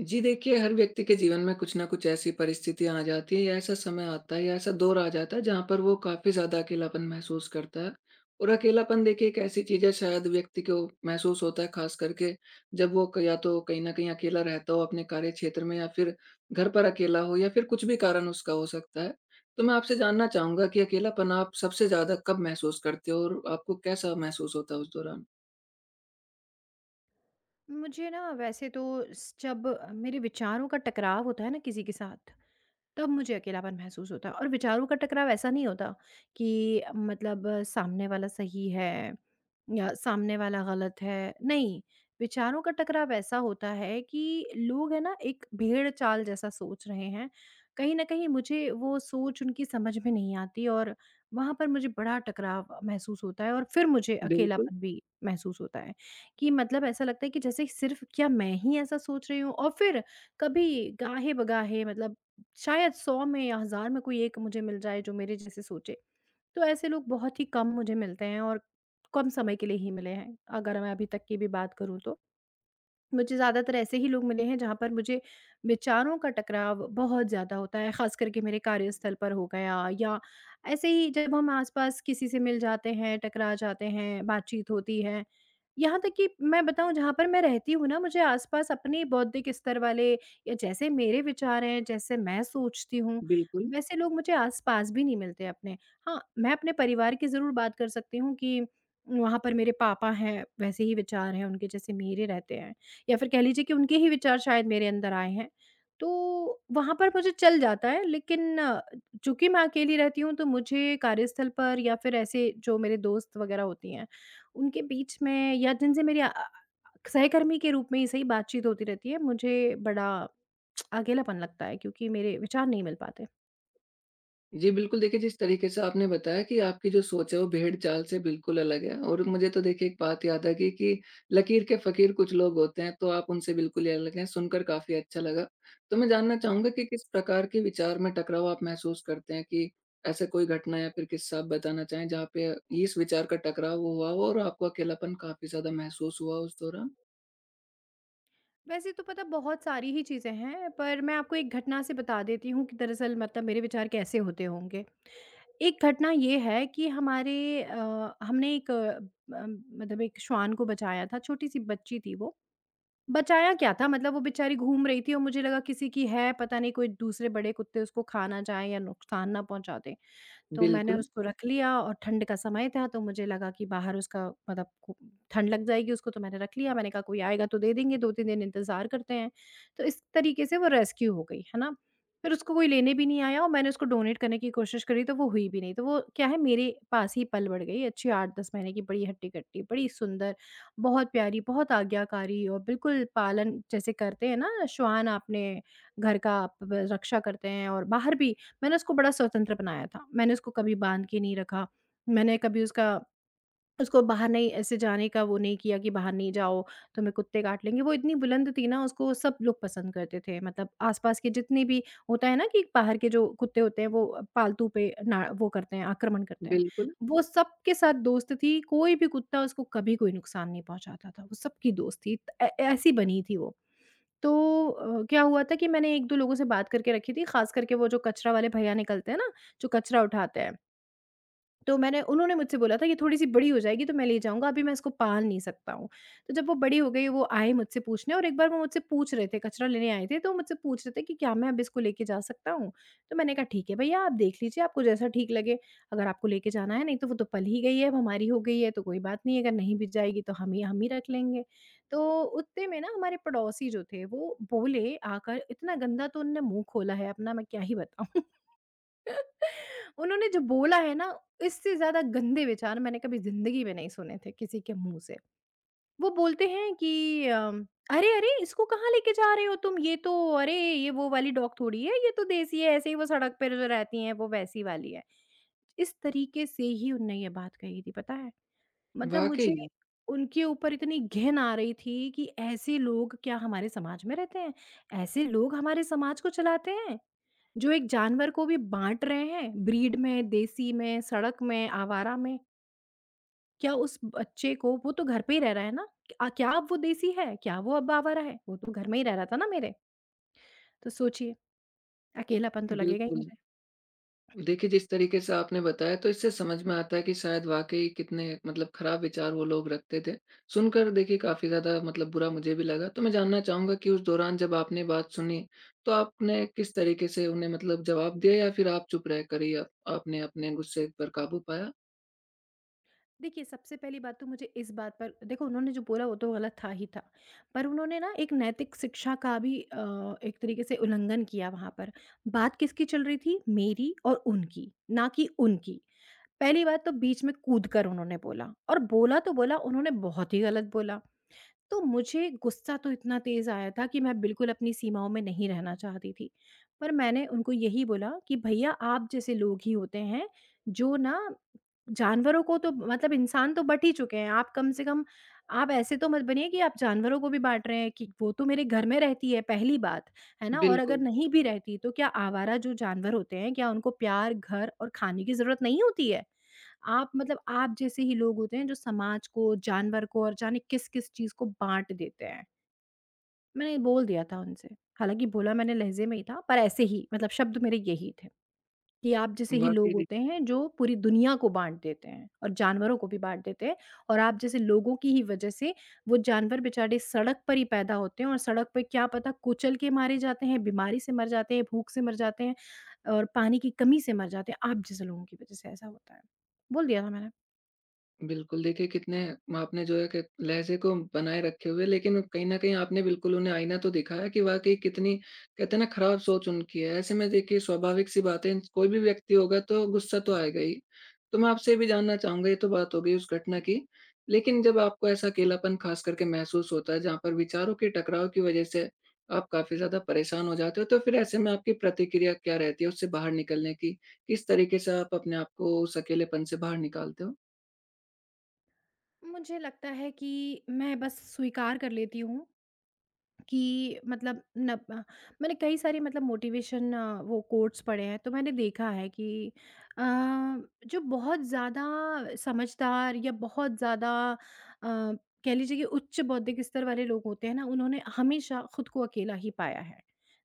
जी देखिए, हर व्यक्ति के जीवन में कुछ न कुछ ऐसी परिस्थितियाँ आ जाती हैं या ऐसा समय आता है या ऐसा दौर आ जाता है जहाँ पर वो काफ़ी ज़्यादा अकेलापन महसूस करता है। और अकेलापन देखिए एक ऐसी चीज़ है शायद व्यक्ति को महसूस होता है ख़ास करके जब वो क या तो कहीं न कहीं अकेला रहता हो अपने कार्यक्षेत्र में या फ़िर घर पर अकेला हो या फ़िर कुछ भी कारण उसका हो सकता है। तो मैं आपसे जानना चाहूँगा कि अकेलापन आप सबसे ज़्यादा कब महसूस करते हो और आपको कैसा महसूस होता है उस दौरान? मुझे ना वैसे तो जब मेरे विचारों का टकराव होता है ना किसी के साथ, तब मुझे अकेलापन महसूस होता है। और विचारों का टकराव ऐसा नहीं होता कि मतलब सामने वाला सही है या सामने वाला गलत है। नहीं, विचारों का टकराव ऐसा होता है कि लोग है ना एक भेड़ चाल जैसा सोच रहे हैं। कहीं ना कहीं मुझे वो सोच उनकी समझ में नहीं आती और वहां पर मुझे बड़ा टकराव महसूस होता है और फिर मुझे बिल्कुल। अकेलापन भी महसूस होता है कि मतलब ऐसा लगता है कि जैसे सिर्फ क्या मैं ही ऐसा सोच रही हूँ। और फिर कभी गाहे बगाहे मतलब शायद 100 में या 1000 में कोई एक मुझे मिल जाए जो मेरे जैसे सोचे। तो ऐसे लोग बहुत ही कम मुझे मिलते हैं और कम समय के लिए ही मिले हैं, अगर मैं अभी तक की भी बात करूँ तो। मुझे ज़्यादातर ऐसे ही लोग मिले हैं जहाँ पर मुझे विचारों का टकराव बहुत ज़्यादा होता है, ख़ास करके मेरे कार्यस्थल पर हो गया या ऐसे ही जब हम आस-पास किसी से मिल जाते हैं, टकरा जाते हैं, बातचीत होती है। यहाँ तक कि मैं बताऊँ जहाँ पर मैं रहती हूँ ना, मुझे आस-पास अपने बौद्धिक स्तर वाले या जैसे मेरे विचार हैं, जैसे मैं सोचती हूँ, बिल्कुल। वैसे लोग मुझे आस-पास भी नहीं मिलते अपने। हाँ, मैं अपने परिवार की ज़रूर बात कर सकती हूँ कि वहाँ पर मेरे पापा हैं, वैसे ही विचार हैं उनके जैसे मेरे रहते हैं। या फिर कह लीजिए कि उनके ही विचार शायद मेरे अंदर आए हैं। तो वहाँ पर मुझे चल जाता है लेकिन चूँकि मैं अकेली रहती हूँ तो मुझे कार्यस्थल पर या फिर ऐसे जो मेरे दोस्त वग़ैरह होती हैं, उनके बीच में या जिनसे मेरी सहकर्मी के रूप में ही सही बातचीत होती रहती है, मुझे बड़ा अकेलापन लगता है क्योंकि मेरे विचार नहीं मिल पाते। जी, बिल्कुल देखिए, जिस तरीके से आपने बताया कि आपकी जो सोच है वो भेड़-चाल से बिल्कुल अलग है, और मुझे तो देखिए एक बात याद आ गई कि लकीर के फ़कीर कुछ लोग होते हैं, तो आप उनसे बिल्कुल ही अलग हैं, सुनकर काफ़ी अच्छा लगा। तो मैं जानना चाहूँगा कि किस प्रकार के विचार में टकराव आप महसूस करते हैं, कि ऐसा कोई घटना या फिर किस्सा आप बताना चाहें जहाँ पे इस विचार का टकराव हुआ हो और आपको अकेलापन काफ़ी ज़्यादा महसूस हुआ उस दौरान? वैसे तो पता बहुत सारी ही चीज़ें हैं, पर मैं आपको एक घटना से बता देती हूँ कि दरअसल मतलब मेरे विचार कैसे होते होंगे। एक घटना ये है कि हमारे हमने एक मतलब एक श्वान को बचाया था, छोटी-सी बच्ची थी वो। बचाया क्या था मतलब वो बेचारी घूम रही थी और मुझे लगा किसी की है, पता नहीं कोई दूसरे बड़े कुत्ते उसको खा ना जाएँ या नुकसान ना पहुँचा दें। तो मैंने बिल्कुल। उसको रख लिया और ठंड का समय था तो मुझे लगा कि बाहर उसका ठंड लग जाएगी उसको, तो मैंने रख लिया। मैंने कहा कोई आएगा तो दे देंगे, 2-3 दिन इंतजार करते हैं। तो इस तरीके से वो रेस्क्यू हो गई है ना। फिर उसको कोई लेने भी नहीं आया और मैंने उसको डोनेट करने की कोशिश करी तो वो हुई भी नहीं, तो वो क्या है, मेरे पास ही पल बढ़ गई। अच्छी 8-10 महीने की, बड़ी हट्टी कट्टी, बड़ी सुंदर, बहुत प्यारी, बहुत आज्ञाकारी और बिल्कुल पालन जैसे करते हैं ना श्वान, अपने घर का आप रक्षा करते हैं और बाहर भी। मैंने उसको बड़ा स्वतंत्र बनाया था। मैंने उसको कभी बाँध के नहीं रखा। मैंने कभी उसका उसको बाहर नहीं ऐसे जाने का वो नहीं किया कि बाहर नहीं जाओ, तुम्हें कुत्ते काट लेंगे। वो इतनी बुलंद थी ना, उसको सब लोग पसंद करते थे। मतलब आस-पास के जितने भी होता है ना कि बाहर के जो कुत्ते होते हैं, वो पालतू पे ना वो करते हैं, आक्रमण करते हैं। बिल्कुल। वो सबके साथ दोस्त थी। कोई भी कुत्ता उसको कभी कोई नुकसान नहीं पहुँचाता था। वो सबकी दोस्त थी। त ए ऐसी बनी थी वो। तो क्या हुआ था कि मैंने 1-2 लोगों से बात करके रखी थी, ख़ास करके वो जो कचरा वाले भैया निकलते हैं ना, जो कचरा उठाते हैं। तो मैंने उन्होंने मुझसे बोला था कि थोड़ी-सी बड़ी हो जाएगी तो मैं ले जाऊँगा, अभी मैं इसको पाल नहीं सकता हूँ। तो जब वो बड़ी हो गई वो आए मुझसे पूछने, और एक बार वो मुझसे पूछ रहे थे, कचरा लेने आए थे तो मुझसे पूछ रहे थे कि क्या मैं अब इसको लेके जा सकता हूँ? तो मैंने कहा ठीक है भैया, आप देख लीजिए आपको जैसा ठीक लगे, अगर आपको लेके जाना है। नहीं तो वो तो पल ही गई है, अब हमारी हो गई है तो कोई बात नहीं है, अगर नहीं भी जाएगी तो हम ही रख लेंगे। तो उतने में ना हमारे पड़ोसी जो थे वो बोले आकर, इतना गंदा तो उनने मुँह खोला है अपना, मैं क्या ही बताऊँ। उन्होंने जो बोला है ना, इससे ज़्यादा गंदे विचार मैंने कभी ज़िंदगी में नहीं सुने थे किसी के मुँह से। वो बोलते हैं कि "अरे! अरे! इसको कहाँ लेके जा रहे हो तुम? ये तो, अरे! ये वो वाली डॉग थोड़ी है, ये तो देसी है, ऐसे ही वो सड़क पे जो रहती हैं, वो वैसी वाली है।" इस तरीके से ही उनने ये बात कही थी, पता है? मतलब वाक़ई। मुझे उनके ऊपर इतनी घिन आ रही थी कि ऐसे लोग क्या हमारे समाज में रहते हैं? ऐसे लोग हमारे समाज को चलाते हैं? जो एक जानवर को भी बाँट रहे हैं, ब्रीड में, देसी में, सड़क में, आवारा में, क्या उस बच्चे को, वो तो घर पे ही रह रहा है ना? क्या अब वो देसी है? क्या वो अब आवारा है? वो तो घर में ही रह रहा था ना मेरे। तो सोचिए, अकेलापन तो लगेगा ही बिल्कुल। मुझे। देखिए, जिस तरीके से आपने बताया तो इससे समझ में आता है कि शायद वाक़ई कितने मतलब खराब विचार वो लोग रखते थे। सुनकर देखिए काफ़ी ज़्यादा मतलब बुरा मुझे भी लगा। तो मैं जानना चाहूँगा कि उस दौरान जब आपने बात सुनी, तो आपने किस तरीके से उन्हें मतलब जवाब दिया, या फिर आप चुप रह कर ही आप आपने अपने गुस्से पर काबू पाया? देखिए, सबसे पहली बात तो मुझे इस बात पर, देखो उन्होंने जो बोला वो तो गलत था ही था। पर उन्होंने ना एक नैतिक शिक्षा का भी एक तरीके से उल्लंघन किया वहाँ पर। बात किसकी चल रही थी? मेरी और उनकी, ना कि उनकी। पहली बात तो बीच में कूदकर उन्होंने बोला, और बोला तो बोला उन्होंने बहुत ही गलत बोला। तो मुझे गुस्सा तो इतना तेज़ आया था कि मैं बिल्कुल अपनी सीमाओं में नहीं रहना चाहती थी। पर मैंने उनको यही बोला कि भैया आप जैसे लोग ही होते हैं जो ना, जानवरों को तो मतलब इंसान तो बँट ही चुके हैं। आप कम से कम, आप ऐसे तो मत बनिए कि आप जानवरों को भी बाँट रहे हैं, कि वो तो मेरे घर में रहती है पहली बात, है ना? और अगर बिल्कुल। नहीं भी रहती तो क्या आवारा जो जानवर होते हैं, क्या उनको प्यार, घर और खाने की ज़रूरत नहीं होती है? आप जैसे ही लोग होते हैं जो समाज को, जानवर को और जाने किस-किस चीज़ को बाँट देते हैं। मैंने बोल दिया था उनसे, हालाँकि बोला मैंने लहज़े में ही था, पर ऐसे ही मतलब शब्द मेरे यही थे कि आप जैसे ही लोग वाक़ई। होते हैं जो पूरी दुनिया को बाँट देते हैं और जानवरों को भी बाँट देते हैं, और आप जैसे लोगों की ही वजह से वो जानवर बेचारे सड़क पर ही पैदा होते हैं और सड़क पे क्या पता कुचल के मारे जाते हैं, बीमारी से मर जाते हैं, भूख से मर जाते हैं और पानी की कमी से मर जाते हैं। आप जैसे लोगों की वजह से ऐसा होता है। बोल दिया था मैंने। बिल्कुल, देखिए कितने आपने जो है कि लहज़े को बनाए रखे हुए, लेकिन कहीं न कहीं आपने बिल्कुल उन्हें आईना तो दिखाया कि वाक़ई कितनी कहते हैं ना खराब सोच उनकी है। ऐसे में देखिए स्वाभाविक सी बात है, कोई भी व्यक्ति होगा तो गुस्सा तो आएगा ही। तो मैं आपसे ये भी जानना चाहूँगा, ये तो बात हो गई उस घटना की, लेकिन जब आपको ऐसा अकेलापन ख़ास करके महसूस होता है जहाँ पर विचारों के टकराव की वज़ह से आप काफ़ी ज़्यादा परेशान हो जाते हो, तो फिर ऐसे में आपकी प्रतिक्रिया क्या रहती है उससे बाहर निकलने की? किस तरीके से आप अपने आप को उस अकेलेपन से बाहर निकालते हो? मुझे लगता है कि मैं बस स्वीकार कर लेती हूँ, कि मतलब न अ, मैंने कई सारी मतलब मोटिवेशन वो कोट्स पढ़े हैं, तो मैंने देखा है कि अ, जो बहुत ज़्यादा समझदार या बहुत ज़्यादा कह लीजिए कि उच्च बौद्धिक स्तर वाले लोग होते हैं ना, उन्होंने हमेशा खुद को अकेला ही पाया है।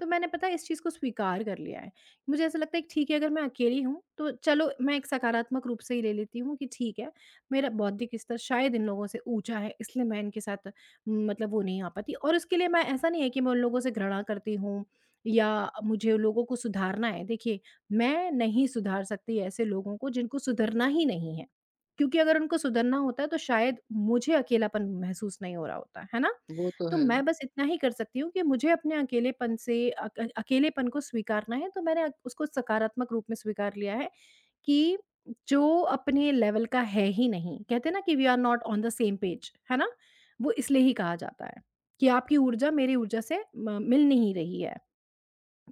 तो मैंने, पता है, इस चीज़ को स्वीकार कर लिया है। मुझे ऐसा लगता है कि ठीक है, अगर मैं अकेली हूँ तो चलो मैं एक सकारात्मक रूप से ही ले लेती हूँ कि ठीक है, मेरा बौद्धिक स्तर शायद इन लोगों से ऊँचा है इसलिए मैं इनके साथ मतलब वो नहीं आ पाती, और उसके लिए मैं, ऐसा नहीं है कि मैं उन लोगों से घृणा करती हूँ या मुझे उन लोगों को सुधारना है। देखिए, मैं नहीं सुधार सकती ऐसे लोगों को जिनको सुधरना ही नहीं है, क्योंकि अगर उनको सुधरना होता है तो शायद मुझे अकेलापन महसूस नहीं हो रहा होता है ना। वो तो तो है। मैं बस इतना ही कर सकती हूँ कि मुझे अपने अकेलेपन से, अकेलेपन को स्वीकारना है, तो मैंने उसको सकारात्मक रूप में स्वीकार लिया है कि जो अपने लेवल का है ही नहीं, कहते हैं ना कि we are not on the same page, है ना? वो इसलिए ही कहा जाता है कि आपकी ऊर्जा मेरी ऊर्जा से मिल नहीं रही है।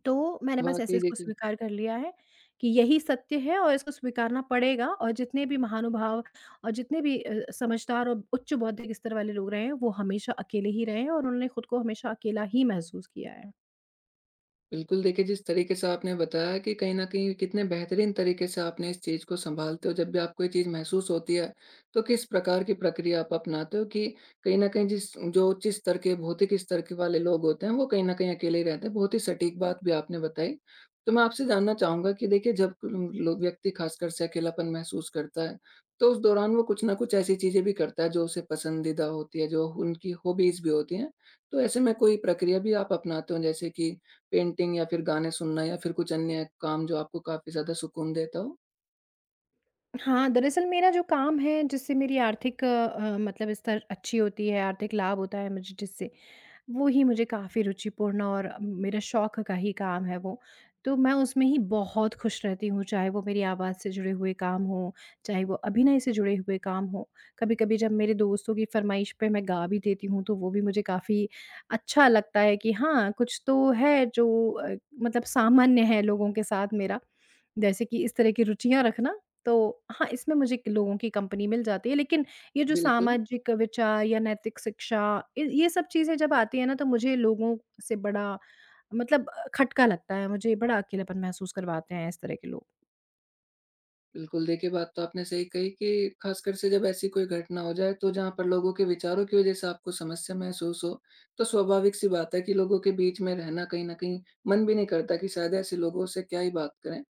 तो मैंने बस ऐसे वाक़ई इसको देखिए। स्वीकार कर लिया है कि यही सत्य है और इसको स्वीकारना पड़ेगा, और जितने भी महानुभाव और जितने भी समझदार और उच्च बौद्धिक स्तर वाले लोग रहे हैं, वो हमेशा अकेले ही रहे हैं और उन्होंने खुद को हमेशा अकेला ही महसूस किया है। बिल्कुल, देखिए जिस तरीके से आपने बताया कि कहीं न कहीं कितने बेहतरीन तरीके से आपने इस चीज़ को सँभालते हो, जब भी आपको ये चीज़ महसूस होती है, तो किस प्रकार की प्रक्रिया आप अपनाते हो कि कहीं न कहीं जिस जो उच्च स्तर के भौतिक स्तर के वाले लोग होते हैं, वो कहीं न कहीं अकेले ही रहते हैं। बहुत ही सटीक बात भी आपने बताई। तो मैं आपसे जानना चाहूँगा कि देखिए जब उम, लो व्यक्ति ख़ासकर से अकेलापन महसूस करता है, तो उस दौरान वो कुछ न कुछ ऐसी चीज़ें भी करता है जो उसे पसंदीदा होती है, जो उनकी हॉबीज़ भी होती हैं। तो ऐसे में कोई प्रक्रिया भी आप अपनाते हो जैसे कि पेंटिंग या फिर गाने सुनना या फिर कुछ अन्य काम जो आपको काफ़ी ज़्यादा सुकून देता हो? हाँ, दरअसल मेरा जो काम है जिससे मेरी आर्थिक मतलब स्तर अच्छी होती है, आर्थिक लाभ होता है मुझे जिससे, वो ही मुझे काफ़ी रुचिपूर्ण और मेरा शौक का ही काम है वो। तो मैं उसमें ही बहुत खुश रहती हूँ, चाहे वो मेरी आवाज़ से जुड़े हुए काम हों, चाहे वो अभिनय से जुड़े हुए काम हों। कभी-कभी जब मेरे दोस्तों की फ़रमाइश पे मैं गा भी देती हूँ, तो वो भी मुझे काफ़ी अच्छा लगता है कि हाँ, कुछ तो है जो मतलब सामान्य है लोगों के साथ मेरा। जैसे कि इस तरह की रुचियाँ रखना। तो हाँ, इसमें मुझे क लोगों की कंपनी मिल जाती है, लेकिन ये जो बिल्कुल। सामाजिक विचार या नैतिक शिक्षा, इ ये सब चीज़ें जब आती हैं ना, तो मुझे लोगों से बड़ा मतलब खटका लगता है, मुझे बड़ा अकेलापन महसूस करवाते हैं इस तरह के लोग। बिल्कुल। देखिए, बात तो आपने सही कही कि ख़ासकर से जब ऐसी कोई घटना हो जाए तो जहाँ पर लोगों के विचारों की वज़ह से आपको समस्या महसूस हो, तो स्वाभाविक-सी बात है कि लोगों के बीच में रहना कहीं न कहीं मन भी नहीं करता कि शायद ऐसे लोगों से क्या ही बात करें।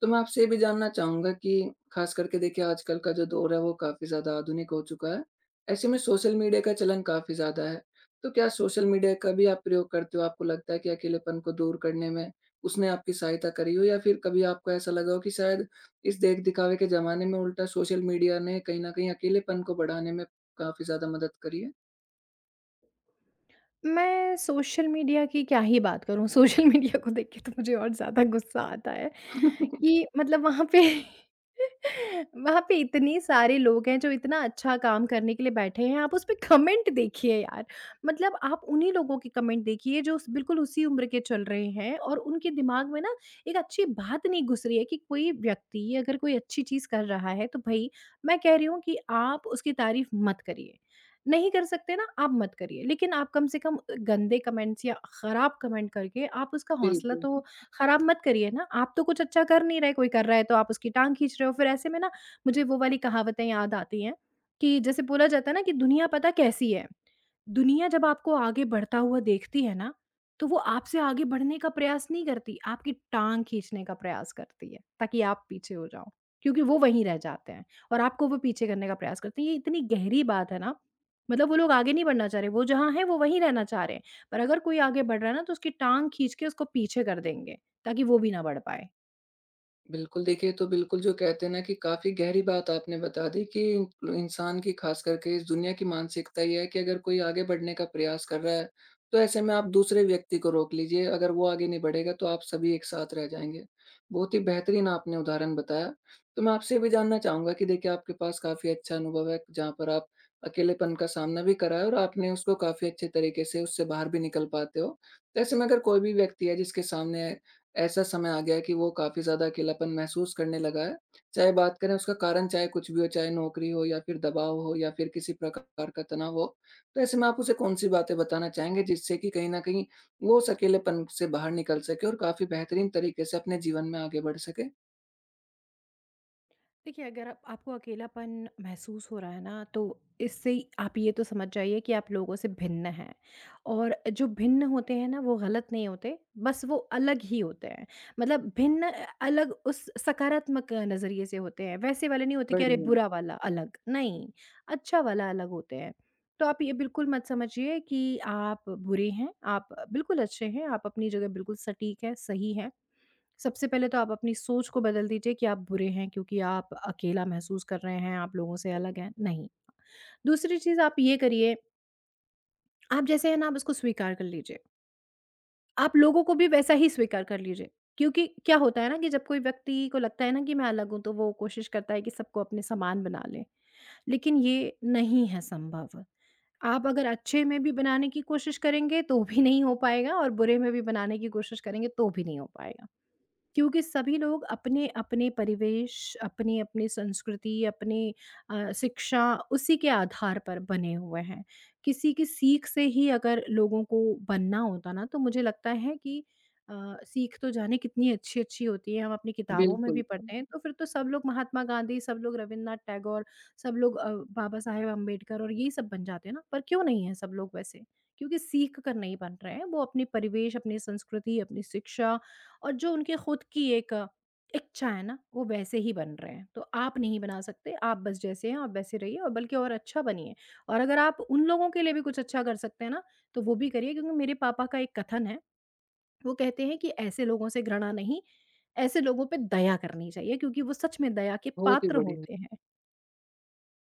तो मैं आपसे ये भी जानना चाहूँगा कि ख़ास करके देखिए आजकल का जो दौर है वो काफ़ी ज़्यादा आधुनिक हो चुका है। ऐसे में सोशल मीडिया का चलन काफ़ी ज़्यादा है। तो क्या सोशल मीडिया का भी आप प्रयोग करते हो? आपको लगता है कि अकेलेपन को दूर करने में उसने आपकी सहायता करी हो, या फिर कभी आपको ऐसा लगा हो कि शायद इस देख-दिखावे के ज़माने में उल्टा सोशल मीडिया ने कहीं न कहीं अकेलेपन को बढ़ाने में काफ़ी ज़्यादा मदद करी है? मैं सोशल मीडिया की क्या ही बात करूँ, सोशल मीडिया को देख के तो मुझे और ज़्यादा गुस्सा आता है कि मतलब वहाँ पे वहाँ पे इतने सारे लोग हैं जो इतना अच्छा काम करने के लिए बैठे हैं, आप उस पे कमेंट देखिए यार। मतलब आप उन्हीं लोगों के कमेंट देखिए जो उस बिल्कुल उसी उम्र के चल रहे हैं और उनके दिमाग में ना एक अच्छी बात नहीं घुस रही है कि कोई व्यक्ति अगर कोई अच्छी चीज़ कर रहा है, तो भई मैं कह रही हूँ कि आप उसकी तारीफ़ मत करिए। नहीं कर सकते ना, आप मत करिए, लेकिन आप कम से कम गंदे कमेंट्स या खराब कमेंट करके आप उसका हौसला बिल्कुल। तो खराब मत करिए ना। आप तो कुछ अच्छा कर नहीं रहे, कोई कर रहा है तो आप उसकी टांग खींच रहे हो। फिर ऐसे में ना मुझे वो वाली कहावतें याद आती हैं कि जैसे बोला जाता है ना कि दुनिया पता कैसी है, दुनिया जब आपको आगे बढ़ता हुआ देखती है ना, तो वो आपसे आगे बढ़ने का प्रयास नहीं करती, आपकी टाँग खींचने का प्रयास करती है, ताकि आप पीछे हो जाओ, क्योंकि वो वहीं रह जाते हैं और आपको वो पीछे करने का प्रयास करते हैं। ये इतनी गहरी बात है ना, मतलब वो लोग आगे नहीं बढ़ना चाह रहे, वो जहाँ हैं, वो वहीं रहना चाह रहे हैं, पर अगर कोई आगे बढ़ रहा है ना, तो उसकी टाँग खींच के उसको पीछे कर देंगे, ताकि वो भी ना बढ़ पाए। बिल्कुल, देखिए तो बिल्कुल जो कहते हैं ना कि काफ़ी गहरी बात आपने बता दी कि इंसान की ख़ास करके इस दुनिया की मानसिकता ये है कि अगर कोई आगे बढ़ने का प्रयास कर रहा है, तो ऐसे में आप दूसरे व्यक्ति को रोक लीजिए, अगर वो आगे नहीं बढ़ेगा तो आप सभी एक साथ रह जाएँगे। बहुत ही बेहतरीन आपने उदाहरण बताया। तो मैं आपसे ये भी जानना चाहूँगा कि देखिए आपके पास काफ़ी अच्छा अनुभव है, जहाँ पर आप अकेलेपन का सामना भी करा है और आपने उसको काफ़ी अच्छे तरीके से उससे बाहर भी निकल पाते हो। तो ऐसे में अगर कोई भी व्यक्ति है जिसके सामने ऐसा समय आ गया है कि वो काफ़ी ज़्यादा अकेलापन महसूस करने लगा है। चाहे बात करें उसका कारण चाहे कुछ भी हो, चाहे नौकरी हो या फिर दबाव हो या फिर किसी प्रकार का तनाव हो। तो ऐसे में आप उसे कौन-सी बातें बताना चाहेंगे जिससे कि कहीं न कहीं वो उस अकेलेपन से बाहर निकल सके और काफ़ी बेहतरीन तरीके से अपने जीवन में आगे बढ़ सके? देखिए, अगर आप आपको अकेलापन महसूस हो रहा है ना, तो इससे ही आप ये तो समझ जाइए कि आप लोगों से भिन्न हैं और जो भिन्न होते हैं ना, वो गलत नहीं होते, बस वो अलग ही होते हैं। मतलब भिन्न अलग उस सकारात्मक नज़रिए से होते हैं, वैसे वाले नहीं होते कि अरे! बढ़िया। बुरा वाला अलग, नहीं, अच्छा वाला अलग होते हैं। तो आप ये बिल्कुल मत समझिए कि आप बुरे हैं, आप बिल्कुल अच्छे हैं, आप अपनी जगह बिल्कुल सटीक हैं, सही हैं। सबसे पहले तो आप अपनी सोच को बदल दीजिए कि आप बुरे हैं क्योंकि आप अकेला महसूस कर रहे हैं, आप लोगों से अलग हैं, नहीं। दूसरी चीज़ आप ये करिए, आप जैसे हैं ना आप उसको स्वीकार कर लीजिए। आप लोगों को भी वैसा ही स्वीकार कर लीजिए, क्योंकि क्या होता है ना कि जब कोई व्यक्ति को लगता है ना कि मैं अलग हूँ, तो वो कोशिश करता है कि सबको अपने समान बना ले, लेकिन ये नहीं है संभव। आप अगर अच्छे में भी बनाने की कोशिश करेंगे तो भी नहीं हो पाएगा और बुरे में भी बनाने की कोशिश करेंगे तो भी नहीं हो पाएगा। क्योंकि सभी लोग अपने-अपने परिवेश, अपनी-अपनी संस्कृति, अपनी शिक्षा उसी के आधार पर बने हुए हैं। किसी की सीख से ही अगर लोगों को बनना होता ना, तो मुझे लगता है कि अ, सीख तो जाने कितनी अच्छी-अच्छी होती है, हम अपनी किताबों में भी बिल्कुल। पढ़ते हैं, तो फिर तो सब लोग महात्मा गांधी, सब लोग रविन्द्रनाथ टैगोर, सब लोग बाबा साहेब अंबेडकर और यही सब बन जाते हैं ना, पर क्यों नहीं है सब लोग वैसे? क्योंकि सीख कर नहीं बन रहे हैं, वो अपने परिवेश, अपनी संस्कृति, अपनी शिक्षा और जो उनके खुद की एक इच्छा है ना, वो वैसे ही बन रहे हैं। तो आप नहीं बना सकते, आप बस जैसे हैं, आप वैसे रहिए और बल्कि और अच्छा बनिए। और अगर आप उन लोगों के लिए भी कुछ अच्छा कर सकते हैं ना, तो वो भी करिए, क्योंकि मेरे पापा का एक कथन है, वो कहते हैं कि ऐसे लोगों से घृणा नहीं, ऐसे लोगों पे दया करनी चाहिए क्योंकि वो सच में दया के बहुत ही पात्र बढ़िया। होते हैं।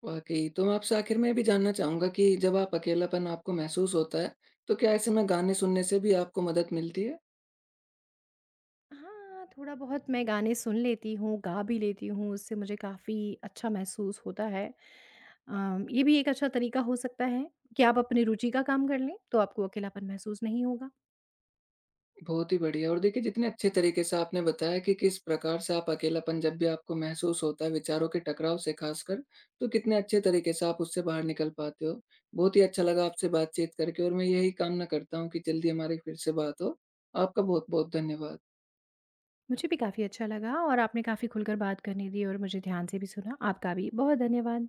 वाक़ई। तो मैं आपसे आखिर में ये भी जानना चाहूँगा कि जब आप अकेलापन आपको महसूस होता है, तो क्या ऐसे में गाने सुनने से भी आपको मदद मिलती है? हाँ, थोड़ा बहुत मैं गाने सुन लेती हूँ, गा भी लेती हूँ, उससे मुझे काफ़ी अच्छा महसूस होता है। अ, ये भी एक अच्छा तरीका हो सकता है कि आप अपनी रुचि का काम कर लें, तो आपको अकेलापन महसूस नहीं होगा। बहुत ही बढ़िया और देखिए जितने अच्छे तरीके से आपने बताया कि किस प्रकार से आप अकेलापन जब भी आपको महसूस होता है विचारों के टकराव से खासकर, तो कितने अच्छे तरीके से आप उससे बाहर निकल पाते हो। बहुत ही अच्छा लगा आपसे बातचीत करके और मैं यही कामना करता हूँ कि जल्दी हमारी फिर से बात हो। आपका बहुत-बहुत धन्यवाद। मुझे भी काफ़ी अच्छा लगा और आपने काफ़ी खुलकर बात करने दी और मुझे ध्यान से भी सुना। आपका भी बहुत धन्यवाद।